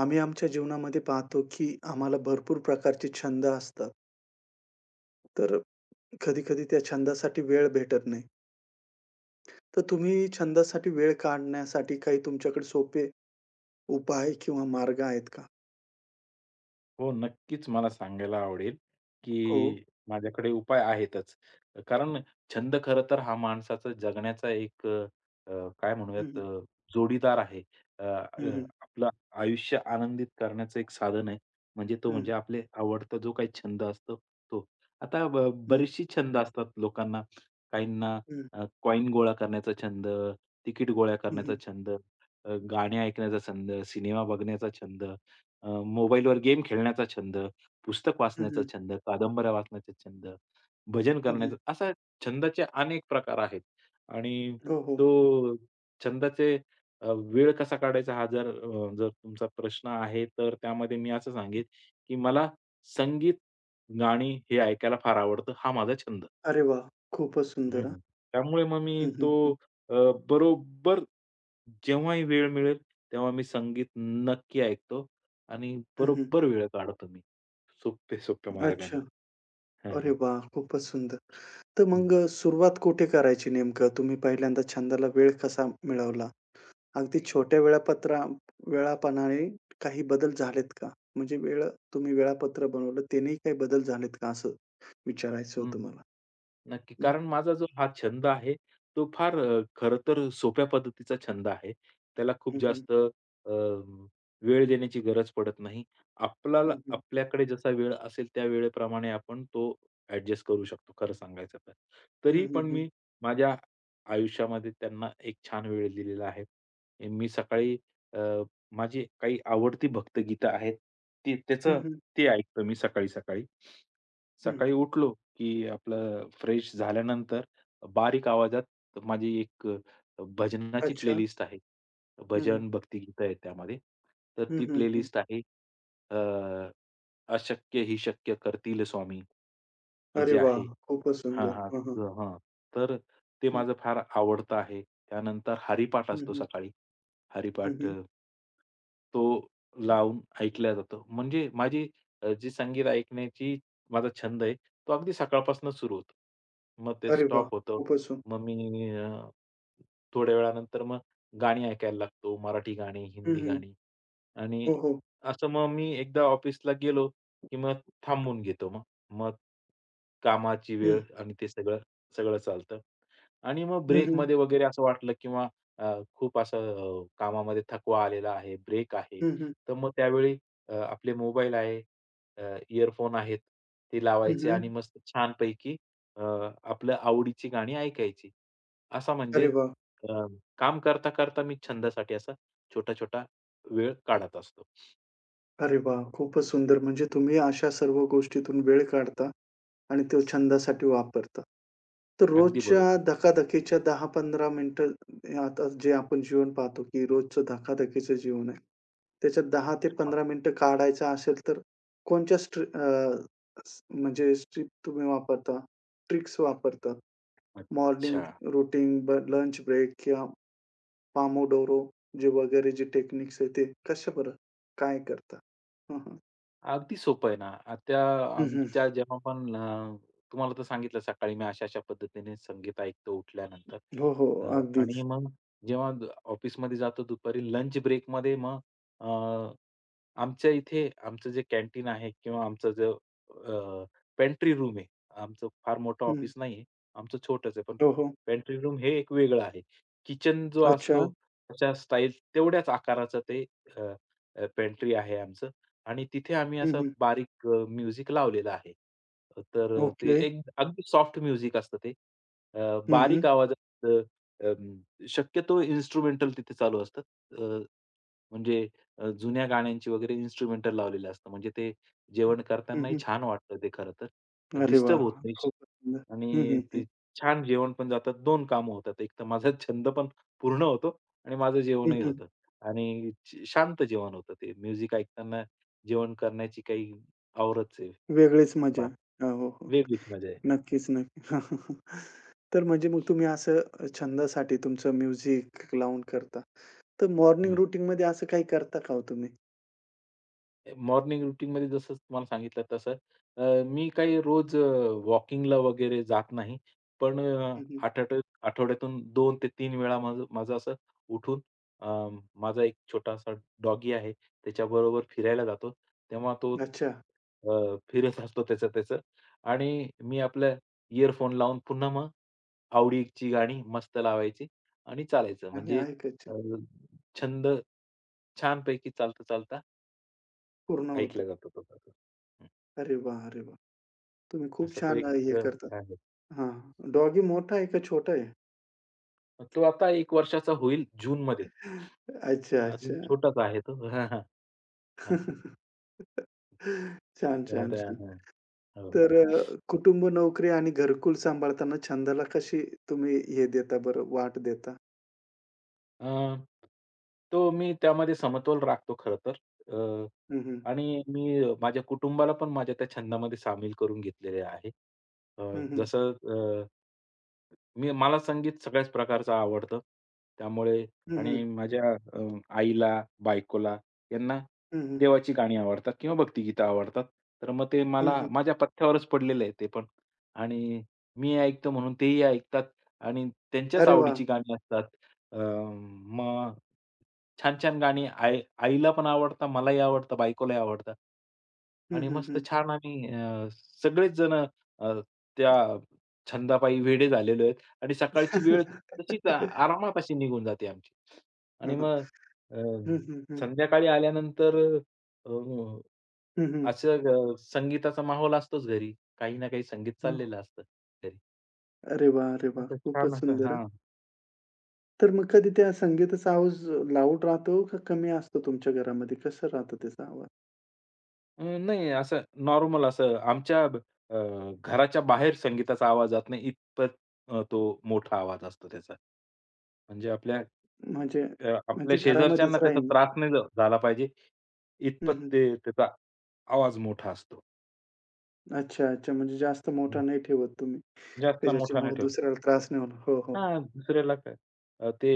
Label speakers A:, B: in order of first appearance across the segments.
A: आम्ही आमच्या जीवनामध्ये पाहतो, की आम्हाला भरपूर प्रकारचे छंद असतात. तर कधी-कधी त्या छंदासाठी वेळ भेटत नाही. तर तुम्ही छंदासाठी वेळ काढण्यासाठी काही तुमच्याकडे सोपे उपाय किंवा मार्ग आहेत का?
B: हो, नक्कीच मला सांगायला आवडेल,
A: हो.
B: की माझ्याकडे उपाय आहेतच. कारण छंद खरं तर हा माणसाचा जगण्याचा एक अ, अ, काय
A: हं,
B: म्हणूयात
A: हं.
B: जोडीदार आहे. अ,
A: हं,
B: अ,
A: हं.
B: आपलं आयुष्य आनंदित करण्याचं एक साधन आहे. म्हणजे तो
A: हं, हं.
B: म्हणजे आपले आवडता जो काही छंद असतो तो. आता बरीचशी छंद असतात लोकांना. काहींना
A: हं.
B: अ, गोळा करण्याचा छंद, तिकीट गोळा करण्याचा
A: हं,
B: छंद, गाणे ऐकण्याचा छंद, सिनेमा बघण्याचा छंद, मोबाईलवर गेम खेळण्याचा छंद, पुस्तक वाचण्याचा छंद, कादंबऱ्या वाचण्याचा छंद, भजन करण्याचा असा छंदाचे अनेक प्रकार आहेत. आणि
A: हो, हो.
B: तो छंदाचे वेळ कसा काढायचा हा जर जर तुमचा प्रश्न आहे, तर त्यामध्ये मी असं सांगेन, की मला संगीत, गाणी हे ऐकायला फार आवडतं. हा माझा छंद.
A: अरे वा, खूपच सुंदर हां.
B: हं, त्यामुळे मग मी
A: हं, हं, हं.
B: अ, बरोबर जेव्हाही वेळ मिळेल, तेव्हा मी संगीत नक्की ऐकतो आणि
A: हं,
B: बरोबर वेळ काढतो मी सोप्या-सोप्या
A: अच्छा.
B: मार्गाने. हां,
A: अरे
B: हां.
A: वाह! खूपच सुंदर. तर
B: हं.
A: मग सुरुवात कुठे करायची नेमकं? तुम्ही पहिल्यांदा छंदाला वेळ कसा मिळवला? अगदी छोट्या वेळापत्रा वेळापणाने काही बदल झालेत का? म्हणजे वेळ तुम्ही वेळापत्र बनवलं त्यानेही काही बदल झालेत का असं विचारायचं
B: हं.
A: होतं मला?
B: नक्की.
A: हं.
B: कारण माझा जो हा छंद आहे, तो फार खरं तर सोप्या पद्धतीचा छंद आहे. त्याला खूप
A: हं, हं.
B: जास्त वेळ देण्याची गरज पडत नाही.
A: हं,
B: आपल्याला
A: हं.
B: आपल्याकडे जसा वेळ असेल त्या वेळेप्रमाणे आपण तो ॲडजस्ट करू शकतो खरं सांगायचं तर.
A: हं,
B: तरी
A: हं,
B: पण
A: हं.
B: मी माझ्या आयुष्यामध्ये त्यांना एक छान वेळ दिलेला आहे. मी सकाळी अ, माझी काही आवडती भक्तगीतं आहेत. ती
A: हं,
B: त्याचं
A: हं.
B: ते ऐकतो मी सकाळी-सकाळी.
A: हं.
B: सकाळी उठलो, की आपलं फ्रेश झाल्यानंतर बारीक आवाजात माझी एक भजनाची
A: अच्छा.
B: प्लेलिस्ट आहे.
A: हं, हं.
B: भजन, भक्तिगीतं आहेत त्यामध्ये. तर
A: हं,
B: ती
A: हं,
B: प्लेलिस्ट आहे. अ, अशक्य ही शक्य करतील स्वामी, हे
A: अरे
B: जे
A: वाह!
B: आहे.
A: खूपच
B: हां,
A: सुंदर.
B: हां.
A: हां, हां.
B: हां. तर ते
A: हं.
B: माझं फार आवडतं आहे. त्यानंतर हरिपाठ
A: हं,
B: असतो
A: हं.
B: सकाळी.
A: हं,
B: हरिपाठ
A: हं.
B: तो लावून ऐकला जातो. म्हणजे माझी अ, जी संगीत ऐकण्याची माझा छंद आहे, तो अगदी सकाळपासूनच सुरू होतो. मग ते
A: अरे वाह!
B: स्टॉप होतं.
A: खूपच सुंदर.
B: मग मी थोड्या वेळानंतर मग गाणी ऐकायला लागतो. मराठी गाणी,
A: हं,
B: हिंदी
A: हं.
B: गाणी आणि
A: हो, हो.
B: असं मग मी एकदा ऑफिसला गेलो, की मग थांबून घेतो मग. मग कामाची
A: हं.
B: वेळ आणि ते सगळं, चालतं आणि मग
A: हं, हं.
B: ब्रेकमध्ये वगैरे असं वाटलं किंवा खूप असं कामामध्ये थकवा आलेला आहे, ब्रेक आहे.
A: हं, हं.
B: तर मग त्यावेळी आपले मोबाईल आहे, इयरफोन आहेत, ते
A: हं,
B: लावायचे
A: हं.
B: आणि मस्त छानपैकी अ, आपलं आवडीची गाणी ऐकायची. असा म्हणजे
A: अरे वाह!
B: अ, काम करता, करता मी छंदासाठी असा छोटा-छोटा वेळ काढत असतो.
A: अरे वाह! खूपच सुंदर. म्हणजे तुम्ही अशा सर्व गोष्टीतून वेळ काढता आणि तो छंदासाठी वापरता. तर
B: अगदी
A: रोजच्या
B: बरोबर.
A: धकाधकीच्या 10-15 मिनिटं हे आता जे आपण जीवन पाहतो, की रोजचं धकाधकीचं जीवन आहे. त्याच्यात 10 ते 15 मिनिटं काढायचं असेल तर कोणत्या स म्हणजे स्ट्रिप तुम्ही वापरता, ट्रिक्स वापरता? मॉर्निंग
B: अच्छा.
A: रूटीन, लंच ब्रेक किंवा पामोडोरो जे वगैरे जे टेक्निक्स आहे ते कशा बरं? काय करता?
B: अगदी सोपं आहे ना. आता
A: हं, हं.
B: आमच्या जेव्हा पण तुम्हाला तर सांगितलं सकाळी मी अशा-अशा पद्धतीने संगीत ऐकतो उठल्यानंतर.
A: हो, हो. अगदीच.
B: आणि मग जेव्हा ऑफिसमध्ये जातो दुपारी लंच ब्रेकमध्ये मग अ, आमच्या इथे आमचं जे कॅन्टीन आहे किंवा आमचं जे पेंट्री रूम आहे. आमचं फार मोठं
A: हं.
B: ऑफिस नाहीये. आमचं छोटंच आहे. पण
A: हो, हो.
B: पेंट्री रूम हे एक वेगळं आहे. किचन जो
A: अच्छा.
B: असतो त्याच्या स्टाईल तेवढ्याच आकाराचं ते पेंट्री आहे आमचं. आणि तिथे आम्ही
A: हं,
B: असं
A: हं.
B: बारीक म्युझिक लावलेलं आहे. तर ते
A: ओके.
B: एक अगदी सॉफ्ट म्युझिक असतं ते.
A: हं,
B: बारीक
A: हं.
B: आवाजात शक्यतो इन्स्ट्रुमेंटल तिथे चालू असतात. अ, म्हणजे जुन्या गाण्यांची वगैरे इन्स्ट्रुमेंटल लावलेलं असतं. म्हणजे ते जेवण
A: हं,
B: करतानाही
A: हं.
B: छान वाटतं ते खरं तर.
A: अरे वाह!
B: डिस्टर्ब होत नाही
A: खूपच सुंदर. हं,
B: आणि
A: हं, हं.
B: ते छान जेवण पण जातात. 2 कामं होतात. एक तर माझा छंद पण पूर्ण होतो आणि माझं
A: हं,
B: जेवणही
A: हं.
B: होतं आणि शांत जेवण होतं ते. म्युझिक ऐकताना जेवण करण्याची काही आवरच आहे.
A: वेगळीच मजा.
B: बात
A: हो, हो, हो.
B: वेगळीच मजा
A: नक्कीच, नक्की. तर म्हणजे मग तुम्ही असं छंदासाठी तुमचं म्युझिक लावून करता. तर मॉर्निंग
B: आहे.
A: रुटीनमध्ये असं काही करता का हो तुम्ही?
B: मॉर्निंग रुटीनमध्ये जसं तुम्हाला सांगितलं तसं मी काही रोज वॉकिंगला वगैरे जात नाही. पण
A: हं, हं.
B: आठवड्या आठवड्यातून 2 ते 3 वेळा माझं माझं असं उठून अ, माझा एक छोटासा डॉगी आहे, त्याच्याबरोबर फिरायला जातो. तेव्हा तो
A: अच्छा.
B: फिरत असतो त्याचं-त्याचं आणि मी आपला इयरफोन लावून पुन्हा मग आवडीची गाणी मस्त लावायची आणि चालायचं.
A: आणि
B: म्हणजे
A: ऐकायचे
B: अ, छंद छानपैकी चालता-चालता
A: पूर्ण होतो.
B: ऐकला जातो तो प्रकार. हं.
A: अरे वाह! अरे वाह! तुम्ही खूप
B: असा तो
A: छान
B: एक
A: हे करता.
B: आहे.
A: हां. डॉगी मोठा आहे का छोटा आहे?
B: तो आता 1 वर्षाचा होईल जूनमध्ये.
A: अच्छा, अच्छा.
B: अजून छोटाच आहे तो. हां, हां. हां.
A: छान, छान,
B: मग
A: छान.
B: हां. हो.
A: तर अ, कुटुंब, नोकरी आणि घरकुल सांभाळताना छंदाला कशी तुम्ही हे देता बरं, वाट देता?
B: अ, तो मी त्यामध्ये समतोल राखतो खरं तर. अ,
A: हं, हं.
B: आणि मी माझ्या कुटुंबाला पण माझ्या त्या छंदामध्ये सामील करून घेतलेले आहे. अ,
A: हं, हं.
B: जसं मी मला संगीत सगळ्याच प्रकारचं आवडतं. त्यामुळे
A: हं,
B: आणि
A: हं.
B: माझ्या आईला, बायकोला यांना
A: हं, हं.
B: देवाची गाणी आवडतात किंवा भक्तिगीतं आवडतात. तर मग ते
A: हं,
B: मला
A: हं.
B: माझ्या पथ्यावरच पडलेलं आहे ते पण. आणि मी ऐकतो म्हणून तेही ऐकतात आणि त्यांच्याच
A: अरे वाह!
B: आवडीची गाणी असतात. मग छान-छान गाणी आईला पण आवडतं, मलाही आवडतं, बायकोलाही आवडतं.
A: हं,
B: आणि
A: हं,
B: मस्त
A: हं.
B: छान आम्ही सगळेच जण त्या छंदापायी वेडे झालेलो आहेत आणि सकाळची वेळ तशीच आ- आरामात अशी निघून जाते आमची. आणि
A: हं, हं.
B: मग अ,
A: हं, हं, हं.
B: संध्याकाळी आल्यानंतर अ, असं संगीताचा माहोल असतोच घरी. काही ना काही संगीत
A: हो.
B: चाललेलं असतं घरी.
A: अरे वाह! अरे वाह!
B: असं
A: खूपच
B: छान असं
A: सुंदर हां.
B: हां.
A: तर मग कधी त्या संगीताचा आवाज लाऊड राहतो का कमी असतो तुमच्या घरामध्ये? कसं राहतं त्याचा आवाज?
B: नाही असं नॉर्मल असं आमच्या अ, घराच्या बाहेर संगीताचा आवाज जात नाही इतपत तो मोठा आवाज असतो त्याचा. म्हणजे
A: म्हणजे
B: आपल्या
A: म्हणजे घरामध्येच
B: शेजारच्यांना त्याचा
A: राहीन?
B: त्रास नाही झाला पाहिजे, इतपत ते त्याचा आवाज मोठा असतो.
A: अच्छा, अच्छा. म्हणजे जास्त मोठा
B: हं.
A: नाही ठेवत तुम्ही.
B: जास्त
A: की
B: मोठा नाही
A: ज्याच्यामुळे
B: ठेवत.
A: दुसऱ्याला त्रास नाही होणार. हो, हो.
B: हां, दुसऱ्याला काय ते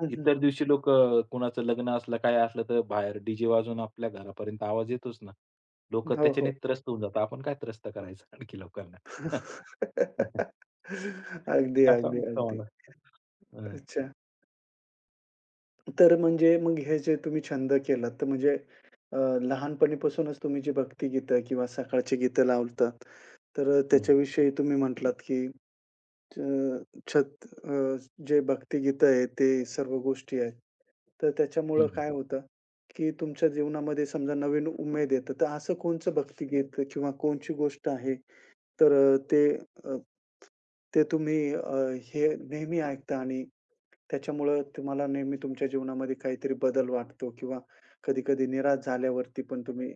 A: हं, हं.
B: इतर दिवशी लोकं कुणाचं लग्न असलं, काय असलं तर बाहेर डी-जे वाजून आपल्या घरापर्यंत आवाज येतोच ना. लोकं
A: हो, हो.
B: त्याच्याने त्रस्त होऊन जातात. आपण काय त्रस्त करायचं आणखी लोकांना?
A: अगदी,
B: असावं
A: अगदी,
B: लागतं
A: अगदी.
B: मला. हं,
A: अच्छा. तर म्हणजे मग हे जे तुम्ही छंद केलात, तर म्हणजे अ, लहानपणीपासूनच तुम्ही जी भक्तिगीतं किंवा सकाळची गीतं लावतात, तर अ,
B: हं.
A: त्याच्याविषयी तुम्ही म्हटलात की अ, छत अ, जे भक्तिगीतं आहे, ते सर्व गोष्टी आहेत. तर त्याच्यामुळं
B: हं,
A: काय होतं, की तुमच्या जीवनामध्ये समजा नवीन उमेद येतं. तर असं कोणचं भक्तिगीत किंवा कोणची गोष्ट आहे, तर अ, ते अ, ते तुम्ही अ, हे नेहमी ऐकता आणि त्याच्यामुळं तुम्हाला नेहमी तुमच्या जीवनामध्ये काहीतरी बदल वाटतो किंवा कधी-कधी निराश झाल्यावरती पण तुम्ही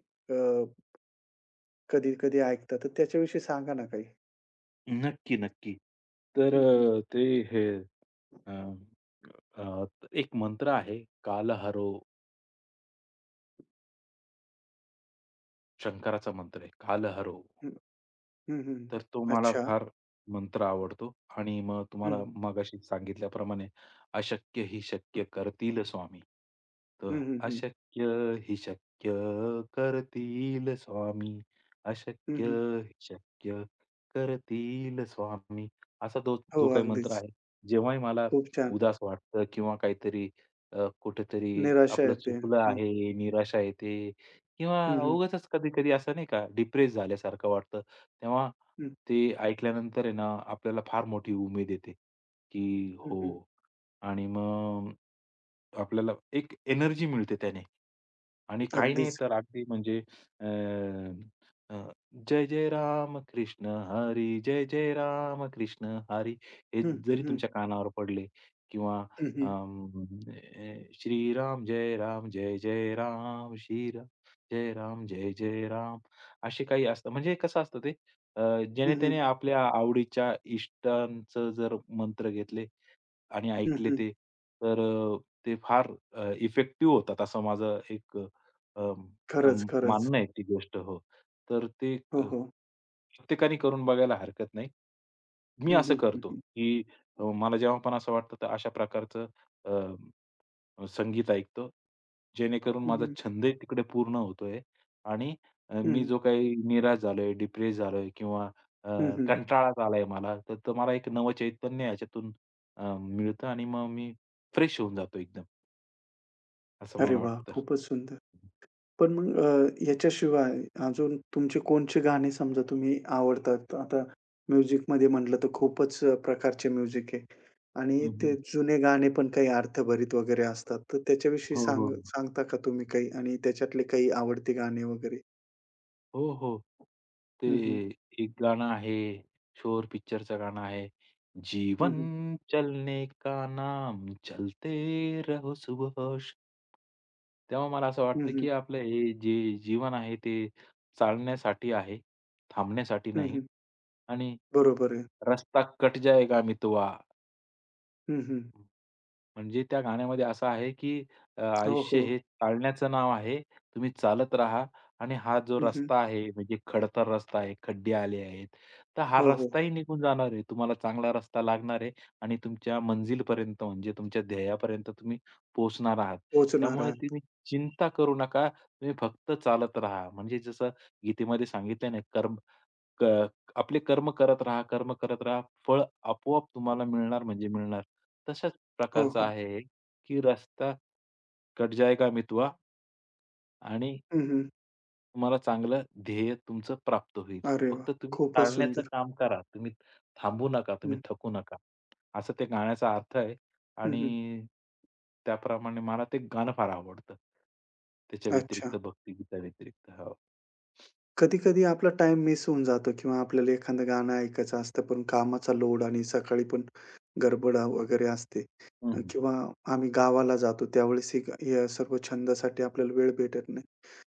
A: कधी-कधी ऐकता. तर त्याच्याविषयी सांगा ना काही?
B: नक्की, नक्की. तर
A: हं, हं,
B: अ, ते हे अ, अ, एक मंत्र आहे, काल हरो, शंकराचा मंत्र आहे, काल हरो
A: हं. हं, हं.
B: तर तो मला
A: अच्छा.
B: फार मंत्र आवडतो आणि मग तुम्हाला
A: हं.
B: मगाशी सांगितल्याप्रमाणे "अशक्य ही शक्य करतील स्वामी." तर
A: हं, हं, हं.
B: "अशक्य ही शक्य करतील स्वामी,
A: हं,
B: अशक्य
A: हं.
B: ही शक्य करतील स्वामी." असा तो
A: हो,
B: जो काही मंत्र
A: अगदीच.
B: आहे, जेव्हाही मला
A: खूप छान.
B: उदास वाटतं किंवा काहीतरी कुठेतरी
A: निराशा
B: आपलं
A: येते.
B: चुकलं
A: हं.
B: आहे, निराशा येते किंवा
A: हं, हं.
B: उगाचच कधी-कधी असं नाही का डिप्रेस झाल्यासारखं वाटतं. तेव्हा
A: हं,
B: ते ऐकल्यानंतर आहे ना, आपल्याला फार मोठी उमेद येते, की
A: हं, हं.
B: हो आणि मग आपल्याला एक एनर्जी मिळते त्याने. आणि काही नाही
A: अगदीच.
B: तर अगदी म्हणजे अ, अ, जय जय राम कृष्ण हरी, जय जय राम कृष्ण हरी, हे
A: हं, हं,
B: जरी
A: हं.
B: तुमच्या कानावर पडले किंवा
A: हं, हं.
B: अं, श्रीराम जय राम, जय जय राम, श्रीराम जय राम, जय जय राम, असे काही असतं. म्हणजे कसं असतं ते अ,
A: हं,
B: जेणे
A: हं.
B: त्याने आपल्या आवडीच्या इष्टांचं जर मंत्र घेतले आणि
A: हं,
B: ऐकले
A: हं.
B: ते, तर ते फार इफेक्टिव्ह होतात असं माझं एक
A: खरंच, खरंच.
B: मानणं आहे ती गोष्ट. हो. तर ते
A: हो, हो.
B: प्रत्येकाने करून बघायला हरकत नाही. मी
A: हं,
B: असं
A: हं. हं,
B: करतो,
A: हं.
B: की मला जेव्हा पण असं वाटतं, तर अशा प्रकारचं संगीत ऐकतो. जेणेकरून
A: हं,
B: माझा
A: हं.
B: छंदही तिकडे पूर्ण होतोय आणि
A: हं,
B: मी
A: हं.
B: जो काही निराश झालोय, डिप्रेस झालोय किंवा अ,
A: हं, हं.
B: कंटाळाच आलाय मला, तर तर मला एक नवं चैतन्य ह्याच्यातून मिळतं आणि मग मी फ्रेश होऊन जातो एकदम, असं
A: अरे
B: मला
A: वाह!
B: वाटतं.
A: खूपच सुंदर. पण मग याच्याशिवाय अजून तुमचे कोणचे गाणे समजा तुम्ही आवडतात? आता म्युझिकमध्ये म्हटलं तर खूपच प्रकारचे म्युझिक आहे आणि
B: हं,
A: ते
B: हं.
A: जुने गाणे पण काही अर्थभरित वगैरे असतात. तर त्याच्याविषयी
B: हो, हो.
A: सांगता का तुम्ही काही आणि त्याच्यातले काही आवडते गाणे वगैरे?
B: हो, हो. ते
A: हं, हं.
B: एक गाणं आहे, शोर पिक्चरचं गाणं आहे.
A: हं,
B: जीवन
A: हं.
B: चलने का नाम चलते रहो सुबहोश. तेव्हा मला असं
A: हं,
B: वाटतं,
A: हं.
B: की आपलं हे जे जीवन आहे ते चालण्यासाठी आहे, थांबण्यासाठी
A: हं,
B: नाही.
A: हं.
B: आणि
A: बरोबर आहे.
B: रस्ता कट जाएगा मितवा.
A: हं, हं.
B: म्हणजे त्या गाण्यामध्ये असं आहे, की
A: हो,
B: आयुष्य
A: हो.
B: हे चालण्याचं नाव आहे. तुम्ही चालत राहा आणि हा जो
A: हं, हं.
B: रस्ता आहे म्हणजे खडतर रस्ता आहे, खड्डे आले आहेत. तर हा
A: हो, हो.
B: रस्ताही निघून जाणार आहे. तुम्हाला चांगला रस्ता लागणार आहे आणि तुमच्या मंजिलपर्यंत म्हणजे तुमच्या ध्येयापर्यंत तुम्ही पोहोचणार आहात.
A: पोहोचणार
B: त्यामुळे
A: आहात.
B: तुम्ही चिंता करू नका. तुम्ही फक्त चालत राहा. म्हणजे जसं गीतेमध्ये सांगितलं ना कर्म क आपले कर्म करत राहा, कर्म करत राहा. फळ आपोआप तुम्हाला मिळणार म्हणजे मिळणार. तशाच
A: हो,
B: प्रकारचं
A: हो.
B: आहे हे, की रस्ता कट जाएगा मितवा आणि
A: हं, हं.
B: तुम्हाला चांगलं ध्येय तुमचं प्राप्त होईल.
A: अरे वाह!
B: फक्त तुम्ही
A: खूपच
B: टाळण्याचं
A: सुंदर.
B: काम करा. तुम्ही थांबू नका, तुम्ही
A: हं.
B: थकू नका. असं ते गाण्याचा अर्थ आहे
A: हं, हं.
B: आणि त्याप्रमाणे मला ते गाणं फार आवडतं. त्याच्या
A: अच्छा.
B: व्यतिरिक्त भक्तिगीता व्यतिरिक्त. हो.
A: कधी-कधी आपला टाइम मिस होऊन जातो किंवा आपल्याला एखादं गाणं ऐकायचं असतं, पण कामाचा लोड आणि सकाळी पण गडबड वगैरे असते
B: हं, हं.
A: किंवा आम्ही गावाला जातो त्यावेळेस ही या सर्व छंदासाठी आपल्याला वेळ भेटत नाही.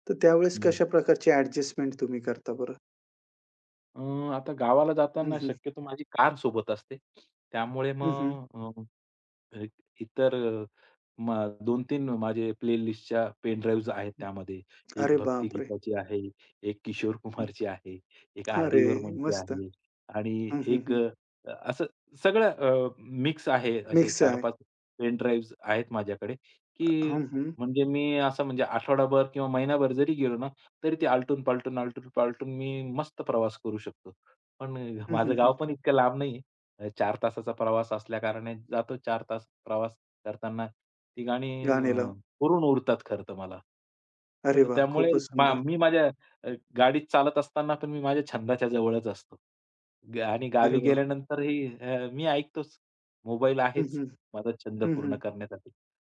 A: तर त्यावेळेस कशा प्रकारची ॲडजस्टमेंट तुम्ही करता बरं?
B: अ, आता गावाला
A: हं,
B: जाताना
A: हं.
B: शक्यतो माझी कार सोबत असते. त्यामुळे
A: हं, हं.
B: मग अ, अ, इतर अ, म 2-3 माझे प्लेलिस्टच्या पेन ड्राईव्हज आहेत त्यामध्ये. एक
A: अरे
B: भक्ती
A: बापरे!
B: गीताची आहे, एक किशोर
A: हं.
B: कुमारची आहे, एक
A: अरे
B: आर.डी. बर्मनची
A: मस्त!
B: आहे आणि
A: हं, हं,
B: एक
A: हं.
B: असं सगळं मिक्स आहे. असे
A: मिक्स आहे.
B: 4-5 पेन ड्राईव्हज आहेत माझ्याकडे, की
A: हं, हं.
B: म्हणजे मी असं म्हणजे आठवडाभर किंवा महिनाभर जरी गेलो ना, तरी ते आलटून-पालटून, आलटून-पालटून मी मस्त प्रवास करू शकतो. पण
A: हं, हं,
B: माझं गाव
A: हं.
B: पण इतकं लांब नाहीये. 4 तासाचा प्रवास असल्याकारणे जातो 4 तास प्रवास करताना ती गाणी
A: गाणे लाव.
B: पुरून उरतात खरं तर मला.
A: अरे
B: तर
A: वाह!
B: त्यामुळे
A: खूपच सुंदर.
B: मी माझ्या अ, गाडीत चालत असताना पण मी माझ्या छंदाच्या जवळच असतो. आणि
A: अरे
B: गावी
A: वाह!
B: गेल्यानंतरही मी ऐकतोच. मोबाईल
A: हं,
B: आहेच
A: हं.
B: माझा छंद
A: हं,
B: पूर्ण
A: हं.
B: करण्यासाठी.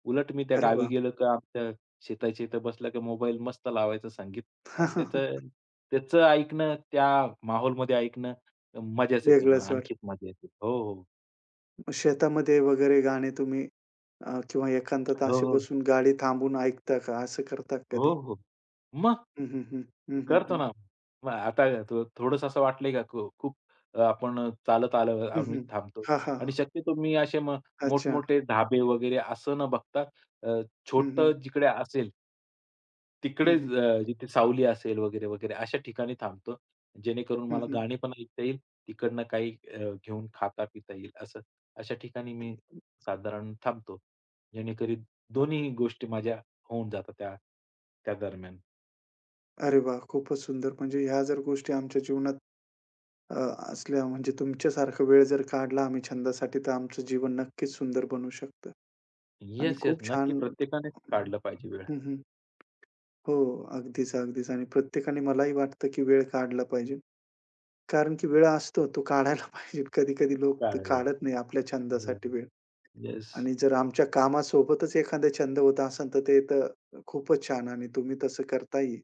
B: उलट मी त्या
A: अरे
B: गावी
A: वाह!
B: गेलो का आमच्या शेताच्या इथं बसलं की मोबाईल मस्त लावायचं संगीत. अ, त्याचं त्याचं ऐकणं, त्या माहोलमध्ये ऐकणं मजाच येते मग
A: वेगळंच वाटतं.
B: आणखीच मजा येते. हो, हो.
A: शेतामध्ये वगैरे गाणे तुम्ही किंवा एकांतात
B: हो,
A: असे
B: हो.
A: बसून गाडी थांबवून ऐकता का? असं करता का कधी?
B: हो, हो. मग
A: हं, हं, हं. हं, हं,
B: करतो
A: हं.
B: ना. मग आता थोडंसं असं वाटलंय का खूप आपण चालत आलो
A: हं,
B: आम्ही
A: हं.
B: थांबतो
A: हां, हां.
B: आणि शक्यतो मी असे मग
A: अच्छा.
B: मोठमोठे ढाबे वगैरे असं न बघता अ,
A: हं, हं.
B: जिकडे असेल
A: हं,
B: तिकड़े
A: हं.
B: जिथे सावली असेल वगैरे, वगैरे अशा ठिकाणी थांबतो. जेणेकरून
A: हं,
B: मला
A: हं.
B: गाणी पण ऐकता येईल, तिकडनं काही घेऊन खाता-पिता येईल असं. अशा ठिकाणी मी साधारण थांबतो. जेणेकरून दोन्ही गोष्टी माझ्या होऊन जातात त्या त्या दरम्यान.
A: अरे वाह! खूपच सुंदर. म्हणजे ह्या जर गोष्टी आमच्या जीवनात अ, असल्या म्हणजे तुमच्यासारखा वेळ जर काढला आम्ही छंदासाठी तर आमचं जीवन नक्कीच सुंदर बनू शकतं आणि
B: येस, येस.
A: खूप
B: नक्की
A: छान
B: प्रत्येकानेच काढलं पाहिजे वेळ.
A: हं, हं. हो. अगदीच, अगदीच आणि प्रत्येकाने मलाही वाटतं की वेळ काढला पाहिजे. कारण की वेळ असतो तो काढायला पाहिजे. कधी-कधी लोक ते
B: काढायला.
A: काढत नाही आपल्या छंदासाठी वेळ
B: येस.
A: आणि जर आमच्या कामासोबतच एखादा छंद होत असेल तर ते तर खूपच छान आणि तुम्ही तसं करताय.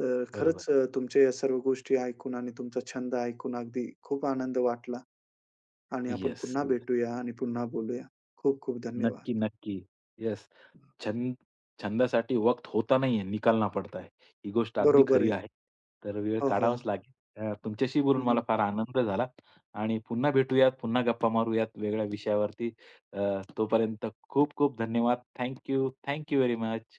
A: तर
B: बरोबर.
A: खरंच अ, तुमच्या या सर्व गोष्टी ऐकून आणि तुमचा छंद ऐकून अगदी खूप आनंद वाटला आणि आपण
B: येस,
A: पुन्हा
B: येस.
A: भेटूया आणि पुन्हा बोलूया. खूप खूप धन्यवाद.
B: नक्की, नक्की. येस. छंद छंदासाठी वक्त होता नाहीये, निकालना पडता है. ही गोष्ट अगदी
A: बरोबर
B: खरी
A: आहे.
B: आहे. तर वेळ
A: हो, हो. हं,
B: काढावाच लागेल. तुमच्याशी बोलून मला
A: हं.
B: फार आनंद झाला आणि पुन्हा भेटूयात, पुन्हा गप्पा मारूयात वेगळ्या विषयावरती. अ, तोपर्यंत खूप खूप धन्यवाद. Thank you. Very much.